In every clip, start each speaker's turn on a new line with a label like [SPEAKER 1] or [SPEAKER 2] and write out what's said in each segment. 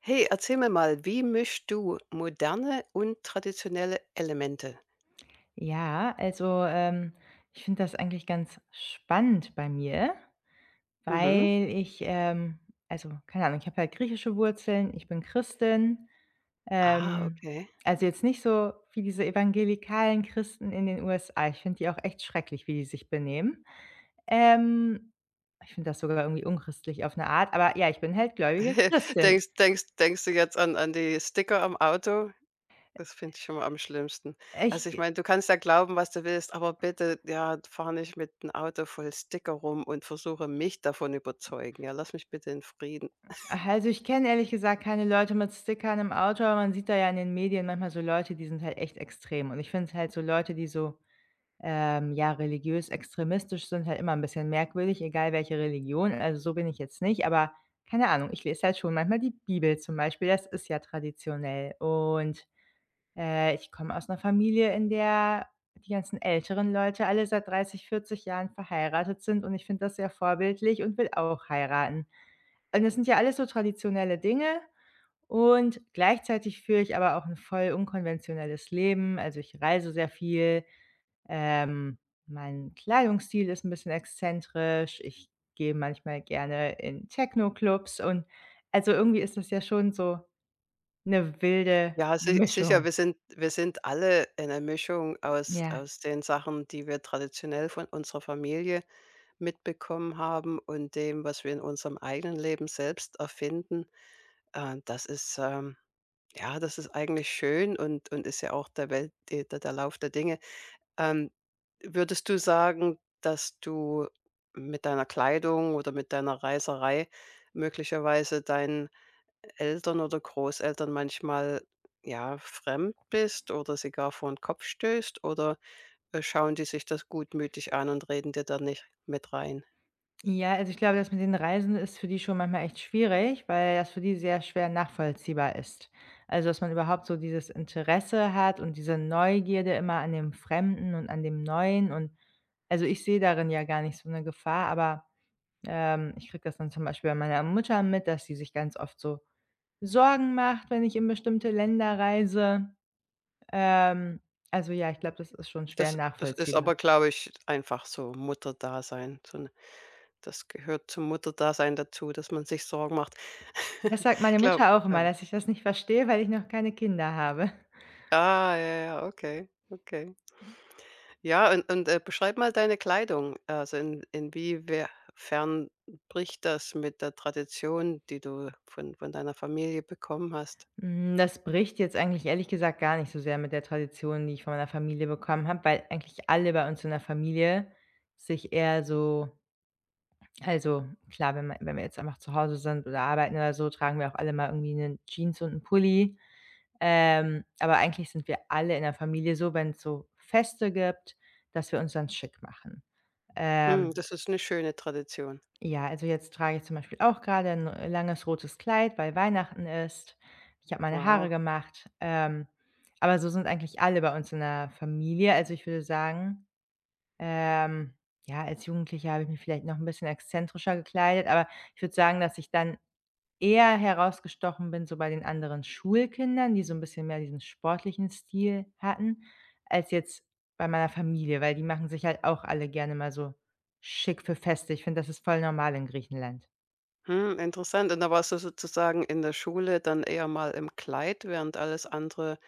[SPEAKER 1] Hey, erzähl mir mal, wie mischst du moderne und traditionelle Elemente?
[SPEAKER 2] Ja, also, ich finde das eigentlich ganz spannend bei mir,
[SPEAKER 1] Mhm.
[SPEAKER 2] weil ich, also, keine Ahnung, ich habe halt griechische Wurzeln, ich bin Christin,
[SPEAKER 1] Ah,
[SPEAKER 2] ähm,
[SPEAKER 1] okay.
[SPEAKER 2] also, jetzt nicht so wie diese evangelikalen Christen in den USA. Ich finde die auch echt schrecklich, wie die sich benehmen. Ähm, Ich finde das sogar irgendwie unchristlich auf eine Art, aber ja, ich bin halt gläubige Christin.
[SPEAKER 1] Denkst du jetzt an die Sticker am Auto? Das finde ich schon mal am schlimmsten.
[SPEAKER 2] Ich
[SPEAKER 1] Also, ich meine, du kannst ja glauben, was du willst, aber bitte, ja, fahr nicht mit 'n Auto voll Sticker rum und versuche mich davon überzeugen. Ja, lass mich bitte in Frieden.
[SPEAKER 2] Also, ich kenne ehrlich gesagt keine Leute mit Stickern im Auto, aber man sieht da ja in den Medien manchmal so Leute, die sind halt echt extrem. Und ich finde halt so Leute, die so, ja, religiös extremistisch sind, halt immer ein bisschen merkwürdig, egal welche Religion. Also, so bin ich jetzt nicht, aber keine Ahnung, ich lese halt schon manchmal die Bibel zum Beispiel, das ist ja traditionell. Und, ich komme aus einer Familie, in der die ganzen älteren Leute alle seit 30, 40 Jahren verheiratet sind, und ich finde das sehr vorbildlich und will auch heiraten. Und das sind ja alles so traditionelle Dinge und gleichzeitig führe ich aber auch 'n voll unkonventionelles Leben. Also, ich reise sehr viel, ähm, mein Kleidungsstil ist 'n bisschen exzentrisch, ich gehe manchmal gerne in Techno-Clubs und also, irgendwie ist das ja schon so 'ne wilde
[SPEAKER 1] Ja, si sicher,
[SPEAKER 2] Mischung.
[SPEAKER 1] wir sind alle eine Mischung aus
[SPEAKER 2] Ja.
[SPEAKER 1] aus den Sachen, die wir traditionell von unserer Familie mitbekommen haben und dem, was wir in unserem eigenen Leben selbst erfinden. Das ist, ja, das ist eigentlich schön, und ist ja auch der Welt de der der Lauf der Dinge. Ähm, Würdest du sagen, dass du mit deiner Kleidung oder mit deiner Reiserei möglicherweise deinen Eltern oder Großeltern manchmal, ja, fremd bist oder sie gar vor den Kopf stößt? Oder schauen die sich das gutmütig an und reden dir dann nicht mit rein?
[SPEAKER 2] Ja, also ich glaube, das mit den Reisen ist für die schon manchmal echt schwierig, weil das für die sehr schwer nachvollziehbar ist. Also, dass man überhaupt so dieses Interesse hat und diese Neugierde immer an dem Fremden und an dem Neuen und also ich sehe darin ja gar nicht so eine Gefahr, aber, ich kriege das dann zum Beispiel bei meiner Mutter mit, dass sie sich ganz oft so Sorgen macht, wenn ich in bestimmte Länder reise. Ähm, also ja, ich glaube, das ist schon schwer
[SPEAKER 1] Das ist
[SPEAKER 2] nachvollziehbar.
[SPEAKER 1] aber, glaube ich, einfach so Mutterdasein. So 'n Das gehört zum Mutterdasein dazu, dass man sich Sorgen macht.
[SPEAKER 2] Das sagt meine
[SPEAKER 1] Glaub.
[SPEAKER 2] Mutter auch immer,
[SPEAKER 1] Glaube
[SPEAKER 2] dass ich das nicht verstehe, weil ich noch keine Kinder habe.
[SPEAKER 1] Ah, ja, ja, okay, okay. Ja, und, beschreib mal deine Kleidung. Also, in inwiefern bricht das mit der Tradition, die du von deiner Familie bekommen hast?
[SPEAKER 2] Hm, das bricht jetzt eigentlich ehrlich gesagt gar nicht so sehr mit der Tradition, die ich von meiner Familie bekommen habe, weil eigentlich alle bei uns in der Familie sich eher so also klar, wenn wir jetzt einfach zu Hause sind oder arbeiten oder so, tragen wir auch alle mal irgendwie 'nen Jeans und 'n Pulli. Aber eigentlich sind wir alle in der Familie so, wenn es so Feste gibt, dass wir uns dann schick machen.
[SPEAKER 1] Hm,
[SPEAKER 2] Ähm,
[SPEAKER 1] das ist eine schöne Tradition.
[SPEAKER 2] ja, also jetzt trage ich zum Beispiel auch grade 'n langes rotes Kleid, weil Weihnachten ist. Ich habe meine Haare
[SPEAKER 1] Wow.
[SPEAKER 2] gemacht, aber so sind eigentlich alle bei uns in der Familie. Also, ich würde sagen, ähm, ja, als Jugendliche habe ich mich vielleicht noch ein bisschen exzentrischer gekleidet, aber ich würde sagen, dass ich dann eher herausgestochen bin, so bei den anderen Schulkindern, die so 'n bisschen mehr diesen sportlichen Stil hatten, als jetzt bei meiner Familie, weil die machen sich halt auch alle gerne mal so schick für Feste. Ich finde, das ist voll normal in Griechenland.
[SPEAKER 1] Hm, interessant. Und da warst du sozusagen in der Schule dann eher mal im Kleid, während alles andere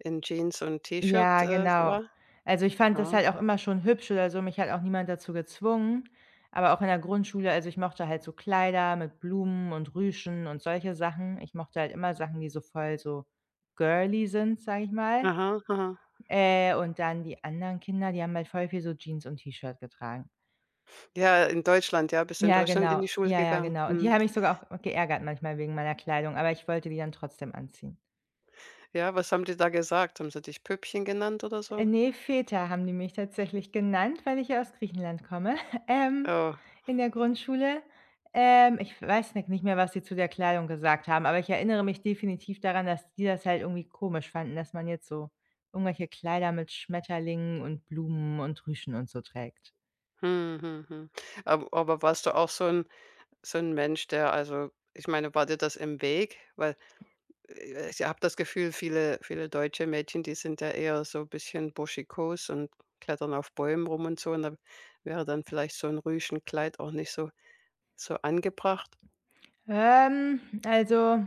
[SPEAKER 1] in Jeans und T-Shirt,
[SPEAKER 2] Ja, genau.
[SPEAKER 1] war?
[SPEAKER 2] Also, ich fand das
[SPEAKER 1] Ja.
[SPEAKER 2] halt auch immer schon hübsch oder so. Mich hat auch niemand dazu gezwungen, aber auch in der Grundschule also, ich mochte halt so Kleider mit Blumen und Rüschen und solche Sachen. Ich mochte halt immer Sachen, die so voll so girly sind, sage ich mal.
[SPEAKER 1] Aha, aha.
[SPEAKER 2] Und dann die anderen Kinder, die haben halt voll viel so Jeans und T-Shirt getragen.
[SPEAKER 1] Ja, in Deutschland, ja, bist du in
[SPEAKER 2] Ja,
[SPEAKER 1] Deutschland in
[SPEAKER 2] genau.
[SPEAKER 1] die Schule
[SPEAKER 2] Ja, ja,
[SPEAKER 1] gegangen?
[SPEAKER 2] genau. Und die
[SPEAKER 1] Mhm.
[SPEAKER 2] haben mich sogar auch geärgert manchmal wegen meiner Kleidung, aber ich wollte die dann trotzdem anziehen.
[SPEAKER 1] Ja, was haben die da gesagt? Haben sie dich Püppchen genannt oder so?
[SPEAKER 2] Ne, Feta haben die mich tatsächlich genannt, weil ich ja aus Griechenland komme, ähm,
[SPEAKER 1] Oh.
[SPEAKER 2] in der Grundschule. Ich weiß ni nicht mehr, was sie zu der Kleidung gesagt haben, aber ich erinnere mich definitiv daran, dass die das halt irgendwie komisch fanden, dass man jetzt so irgendwelche Kleider mit Schmetterlingen und Blumen und Rüschen und so trägt.
[SPEAKER 1] Mhm, mhm, mhm. Ab aber warst du auch so ein so 'n Mensch, der also ich meine, war dir das im Weg? Weil, ich habe das Gefühl, viele deutsche Mädchen, die sind ja eher so ein bisschen burschikos und klettern auf Bäumen rum und so und da wäre dann vielleicht so ein Rüschenkleid auch nicht so angebracht.
[SPEAKER 2] Ähm, also,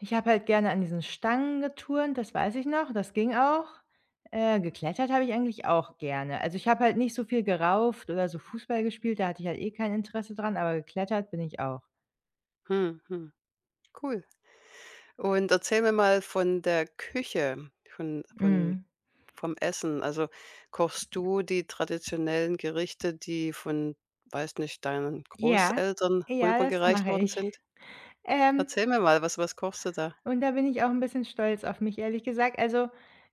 [SPEAKER 2] ich habe halt gerne an diesen Stangen geturnt, das weiß ich noch, das ging auch. Geklettert habe ich eigentlich auch gerne. Also, ich habe halt nicht so viel gerauft oder so Fußball gespielt, da hatte ich halt eh kein Interesse dran, aber geklettert bin ich auch.
[SPEAKER 1] Mhm, mhm, cool. Und erzähl mir mal von der Küche, von
[SPEAKER 2] Mhm.
[SPEAKER 1] Vom Essen. Also, kochst du die traditionellen Gerichte, die von, weiß nicht, deinen
[SPEAKER 2] Ja,
[SPEAKER 1] Großeltern
[SPEAKER 2] ja, das
[SPEAKER 1] rübergereicht
[SPEAKER 2] mache
[SPEAKER 1] worden
[SPEAKER 2] ich.
[SPEAKER 1] sind?
[SPEAKER 2] Ähm
[SPEAKER 1] Erzähl mir mal, was kochst du da?
[SPEAKER 2] Und da bin ich auch 'n bisschen stolz auf mich, ehrlich gesagt. Also,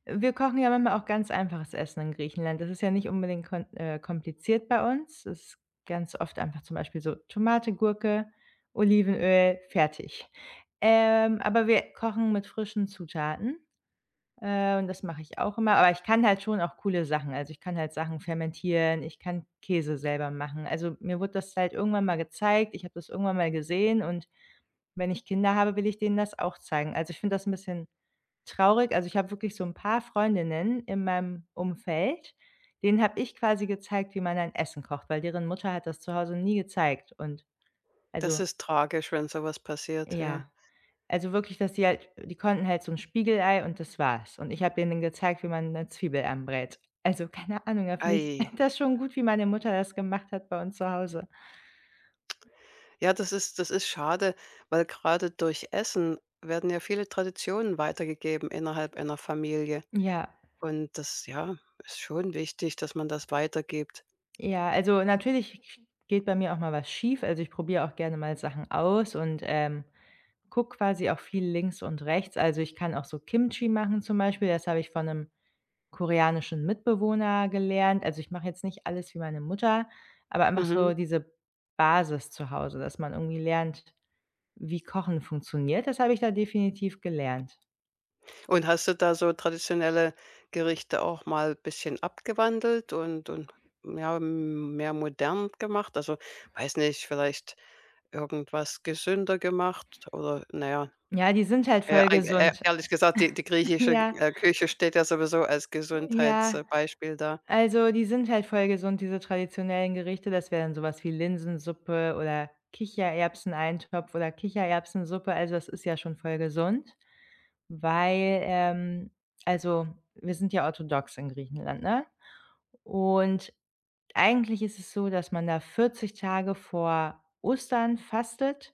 [SPEAKER 2] wir kochen ja manchmal auch ganz einfaches Essen in Griechenland. Das ist ja nicht unbedingt kon kompliziert bei uns. Es ist ganz oft einfach zum Beispiel so Tomate, Gurke, Olivenöl, fertig. Aber wir kochen mit frischen Zutaten, und das mache ich auch immer. Aber ich kann halt schon auch coole Sachen. Also, ich kann halt Sachen fermentieren, ich kann Käse selber machen. Also, mir wurde das halt irgendwann mal gezeigt, ich habe das irgendwann mal gesehen, und wenn ich Kinder habe, will ich denen das auch zeigen. Also, ich finde das 'n bisschen traurig. Also, ich habe wirklich so 'n paar Freundinnen in meinem Umfeld, denen habe ich quasi gezeigt, wie man ein Essen kocht, weil deren Mutter hat das zu Hause nie gezeigt und
[SPEAKER 1] Das
[SPEAKER 2] also
[SPEAKER 1] ist tragisch, wenn so was passiert, ja.
[SPEAKER 2] ja. Also, wirklich, dass die konnten halt so 'n Spiegelei und das war's. Und ich habe denen gezeigt, wie man 'ne Zwiebel anbrät. Also, keine Ahnung, da finde ich
[SPEAKER 1] Ei.
[SPEAKER 2] das schon gut, wie meine Mutter das gemacht hat bei uns zu Hause.
[SPEAKER 1] Ja, das ist schade, weil gerade durch Essen werden ja viele Traditionen weitergegeben innerhalb einer Familie.
[SPEAKER 2] Ja.
[SPEAKER 1] Und das, ja, ist schon wichtig, dass man das weitergibt.
[SPEAKER 2] Ja, also natürlich geht bei mir auch mal was schief. Also ich probiere auch gerne mal Sachen aus und gucke quasi auch viel links und rechts. Also ich kann auch so Kimchi machen zum Beispiel. Das habe ich von einem koreanischen Mitbewohner gelernt. Also ich mache jetzt nicht alles wie meine Mutter, aber einfach so
[SPEAKER 1] Mhm.
[SPEAKER 2] diese Basis zu Hause, dass man irgendwie lernt, wie Kochen funktioniert. Das habe ich da definitiv gelernt.
[SPEAKER 1] Und hast du da so traditionelle Gerichte auch mal ein bisschen abgewandelt und ja, mehr modern gemacht? Also, weiß nicht, vielleicht irgendwas gesünder gemacht oder na ja,
[SPEAKER 2] Ja, die sind halt voll
[SPEAKER 1] ei e
[SPEAKER 2] gesund.
[SPEAKER 1] ehrlich gesagt, die griechische,
[SPEAKER 2] Ja,
[SPEAKER 1] Küche steht ja sowieso als
[SPEAKER 2] ja.
[SPEAKER 1] Gesundheitsbeispiel da.
[SPEAKER 2] Also, die sind halt voll gesund, diese traditionellen Gerichte. Das wäre dann sowas wie Linsensuppe oder Kichererbseneintopf oder Kichererbsensuppe. Also, das ist ja schon voll gesund, weil, also, wir sind ja orthodox in Griechenland, ne? Und eigentlich ist es so, dass man da 40 Tage vor Ostern fastet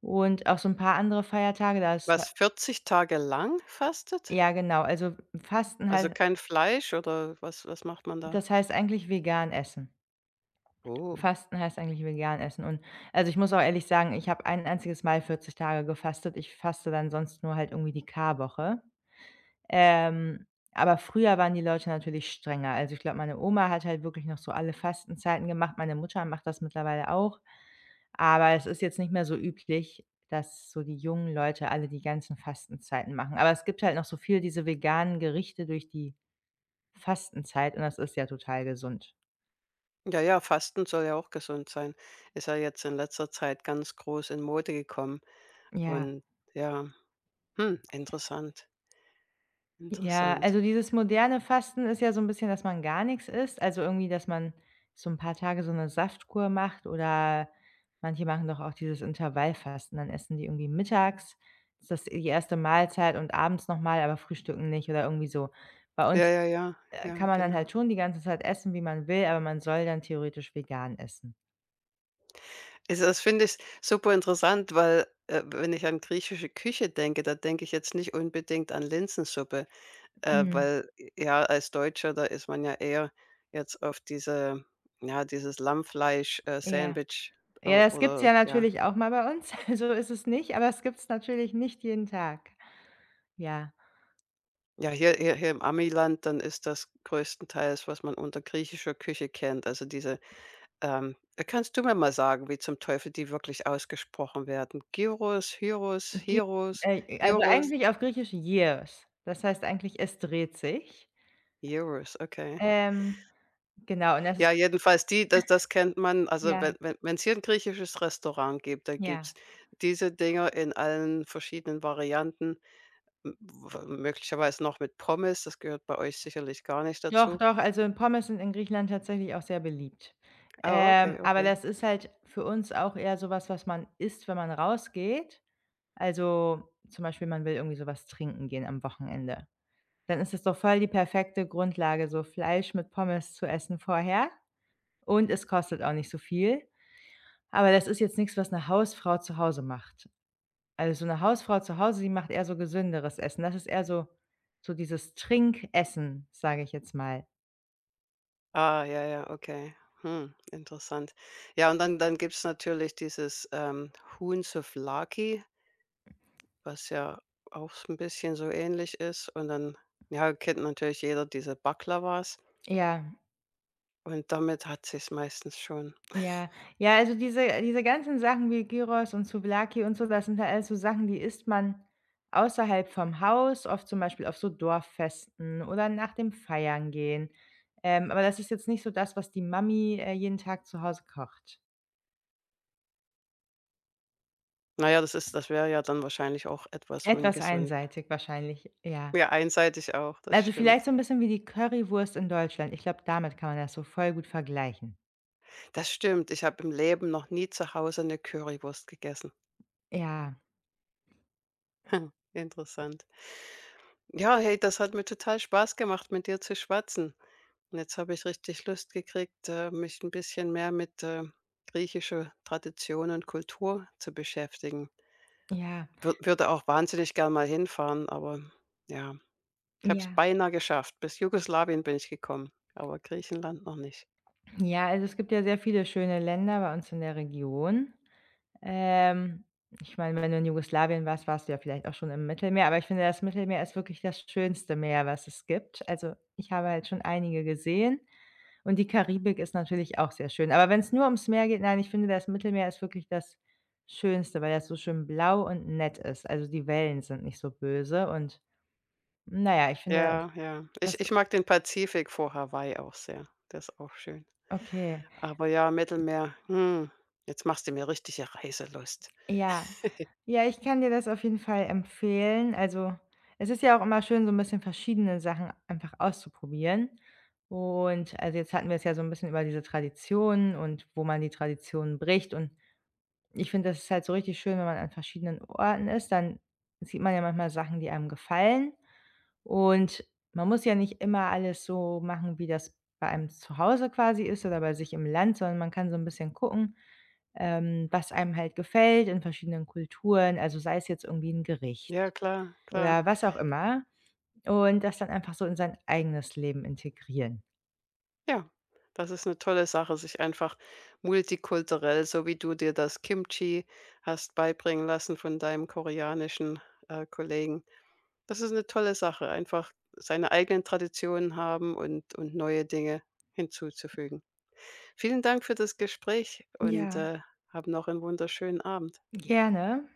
[SPEAKER 2] und auch so 'n paar andere Feiertage, da ist
[SPEAKER 1] Was, 40 Tage lang fastet?
[SPEAKER 2] ja, genau, also Fasten
[SPEAKER 1] Also,
[SPEAKER 2] halt,
[SPEAKER 1] kein Fleisch oder was macht man da?
[SPEAKER 2] das heißt eigentlich vegan essen.
[SPEAKER 1] Oh.
[SPEAKER 2] Fasten heißt eigentlich vegan essen, und also, ich muss auch ehrlich sagen, ich habe ein einziges Mal 40 Tage gefastet. Ich faste dann sonst nur halt irgendwie die Karwoche. Ähm, aber früher waren die Leute natürlich strenger. Also, ich glaube, meine Oma hat halt wirklich noch so alle Fastenzeiten gemacht. Meine Mutter macht das mittlerweile auch, aber es ist jetzt nicht mehr so üblich, dass so die jungen Leute alle die ganzen Fastenzeiten machen. Aber es gibt halt noch so viel diese veganen Gerichte durch die Fastenzeit, und das ist ja total gesund.
[SPEAKER 1] Ja, ja, Fasten soll ja auch gesund sein. Ist ja jetzt in letzter Zeit ganz groß in Mode gekommen.
[SPEAKER 2] Ja.
[SPEAKER 1] Und ja, hm, interessant,
[SPEAKER 2] Ja,
[SPEAKER 1] interessant.
[SPEAKER 2] also dieses moderne Fasten ist ja so 'n bisschen, dass man gar nix isst, also irgendwie, dass man so 'n paar Tage so 'ne Saftkur macht, oder manche machen doch auch dieses Intervallfasten, dann essen die irgendwie mittags ist das die erste Mahlzeit und abends noch mal, aber frühstücken nicht oder irgendwie so. Bei
[SPEAKER 1] Ja,
[SPEAKER 2] uns,
[SPEAKER 1] ja, ja, ja,
[SPEAKER 2] kann man dann
[SPEAKER 1] genau.
[SPEAKER 2] halt schon die ganze Zeit essen, wie man will, aber man soll dann theoretisch vegan essen.
[SPEAKER 1] Also, das finde ich super interessant, weil, wenn ich an griechische Küche denke, da denke ich jetzt nicht unbedingt an Linsensuppe,
[SPEAKER 2] Mhm,
[SPEAKER 1] weil, ja, als Deutscher, da ist man ja eher jetzt auf diese ja, dieses Lammfleisch,
[SPEAKER 2] ja.
[SPEAKER 1] Sandwich
[SPEAKER 2] Ja, das gibt's
[SPEAKER 1] oder
[SPEAKER 2] ja
[SPEAKER 1] ja.
[SPEAKER 2] natürlich auch mal bei uns, so ist es nicht, aber das gibt's natürlich nicht jeden Tag. Ja.
[SPEAKER 1] Ja, hier im Amiland, dann ist das größtenteils, was man unter griechischer Küche kennt, also diese kannst du mir mal sagen, wie zum Teufel die wirklich ausgesprochen werden? Gyros, Hyros,
[SPEAKER 2] Gi
[SPEAKER 1] Heros,
[SPEAKER 2] Also
[SPEAKER 1] Euros,
[SPEAKER 2] eigentlich auf Griechisch Years. Das heißt eigentlich: „Es dreht sich.“
[SPEAKER 1] Euros, okay.
[SPEAKER 2] Ähm, genau, und das ist
[SPEAKER 1] Ja, jedenfalls die, das kennt man, also wenn
[SPEAKER 2] ja,
[SPEAKER 1] wenn's hier ein griechisches Restaurant gibt, da gibt's
[SPEAKER 2] ja.
[SPEAKER 1] diese Dinger in allen verschiedenen Varianten, m w möglicherweise noch mit Pommes, das gehört bei euch sicherlich gar nicht
[SPEAKER 2] Doch,
[SPEAKER 1] dazu.
[SPEAKER 2] doch, also Pommes sind in Griechenland tatsächlich auch sehr beliebt.
[SPEAKER 1] Ah, okay,
[SPEAKER 2] Aber
[SPEAKER 1] okay.
[SPEAKER 2] das ist halt für uns auch eher so was, was man isst, wenn man rausgeht. Also, zum Beispiel, man will irgendwie so was trinken gehen am Wochenende. Dann ist es doch voll die perfekte Grundlage, so Fleisch mit Pommes zu essen vorher, und es kostet auch nicht so viel. Aber das ist jetzt nichts, was 'ne Hausfrau zu Hause macht. Also, so 'ne Hausfrau zu Hause, die macht eher so gesünderes Essen. Das ist eher so so dieses Trinkessen, sage ich jetzt mal.
[SPEAKER 1] Ah, ja, ja, okay. Hm, interessant. Ja, und dann gibt's natürlich dieses, Huhn Souvlaki, was ja auch so 'n bisschen so ähnlich ist. Und dann, ja, kennt natürlich jeder diese Baklawas
[SPEAKER 2] Ja,
[SPEAKER 1] und damit hat sie es meistens schon.
[SPEAKER 2] ja. Ja, also diese ganzen Sachen wie Gyros und Souvlaki und so, das sind halt alles so Sachen, die isst man außerhalb vom Haus, oft zum Beispiel auf so Dorffesten oder nach dem Feiern gehen. Aber das ist jetzt nicht so das, was die Mami, jeden Tag zu Hause kocht.
[SPEAKER 1] Na ja, das wäre ja dann wahrscheinlich auch etwas
[SPEAKER 2] Etwas
[SPEAKER 1] ungesund.
[SPEAKER 2] einseitig wahrscheinlich, ja.
[SPEAKER 1] Ja, einseitig auch, das
[SPEAKER 2] Also,
[SPEAKER 1] stimmt.
[SPEAKER 2] vielleicht so 'n bisschen wie die Currywurst in Deutschland. Ich glaube, damit kann man das so voll gut vergleichen.
[SPEAKER 1] Das stimmt, ich habe im Leben noch nie zu Hause eine Currywurst gegessen.
[SPEAKER 2] Ja,
[SPEAKER 1] Interessant. Ja, hey, das hat mir total Spaß gemacht, mit dir zu schwatzen. Und jetzt habe ich richtig Lust gekriegt, mich ein bisschen mehr mit, griechischer Tradition und Kultur zu beschäftigen.
[SPEAKER 2] ja,
[SPEAKER 1] Würde auch wahnsinnig gern mal hinfahren, aber ja, ich habe es
[SPEAKER 2] ja.
[SPEAKER 1] beinahe geschafft. Bis Jugoslawien bin ich gekommen, aber Griechenland noch nicht.
[SPEAKER 2] Ja, also, es gibt ja sehr viele schöne Länder bei uns in der Region. Ähm, Ich meine, wenn du in Jugoslawien warst, warst du ja vielleicht auch schon im Mittelmeer, aber ich finde, das Mittelmeer ist wirklich das schönste Meer, was es gibt. Also, ich habe halt schon einige gesehen, und die Karibik ist natürlich auch sehr schön. Aber wenn's nur ums Meer geht, nein, ich finde, das Mittelmeer ist wirklich das Schönste, weil das so schön blau und nett ist. Also, die Wellen sind nicht so böse und na ja, ich finde
[SPEAKER 1] Ja, ja. Ich
[SPEAKER 2] das
[SPEAKER 1] ich mag den Pazifik vor Hawaii auch sehr. Das ist auch schön.
[SPEAKER 2] okay.
[SPEAKER 1] Aber ja, Mittelmeer, hm, jetzt machst du mir richtige Reiselust.
[SPEAKER 2] Ja. Ja, ich kann dir das auf jeden Fall empfehlen. Also, es ist ja auch immer schön, so 'n bisschen verschiedene Sachen einfach auszuprobieren. Und also, jetzt hatten wir es ja so 'n bisschen über diese Traditionen und wo man die Traditionen bricht, und ich finde, das ist halt so richtig schön, wenn man an verschiedenen Orten ist, dann sieht man ja manchmal Sachen, die einem gefallen. Und man muss ja nicht immer alles so machen, wie das bei einem zu Hause quasi ist oder bei sich im Land, sondern man kann so ein bisschen gucken, was einem halt gefällt in verschiedenen Kulturen, also sei es jetzt irgendwie ein Gericht
[SPEAKER 1] Ja, klar, klar.
[SPEAKER 2] oder was auch immer, und das dann einfach so in sein eigenes Leben integrieren.
[SPEAKER 1] Ja, das ist eine tolle Sache, sich einfach multikulturell, so wie du dir das Kimchi hast beibringen lassen von deinem koreanischen, Kollegen. Das ist 'ne tolle Sache, einfach seine eigenen Traditionen haben und neue Dinge hinzuzufügen. Vielen Dank für das Gespräch und,
[SPEAKER 2] Ja.
[SPEAKER 1] hab noch 'n wunderschönen Abend.
[SPEAKER 2] Gerne.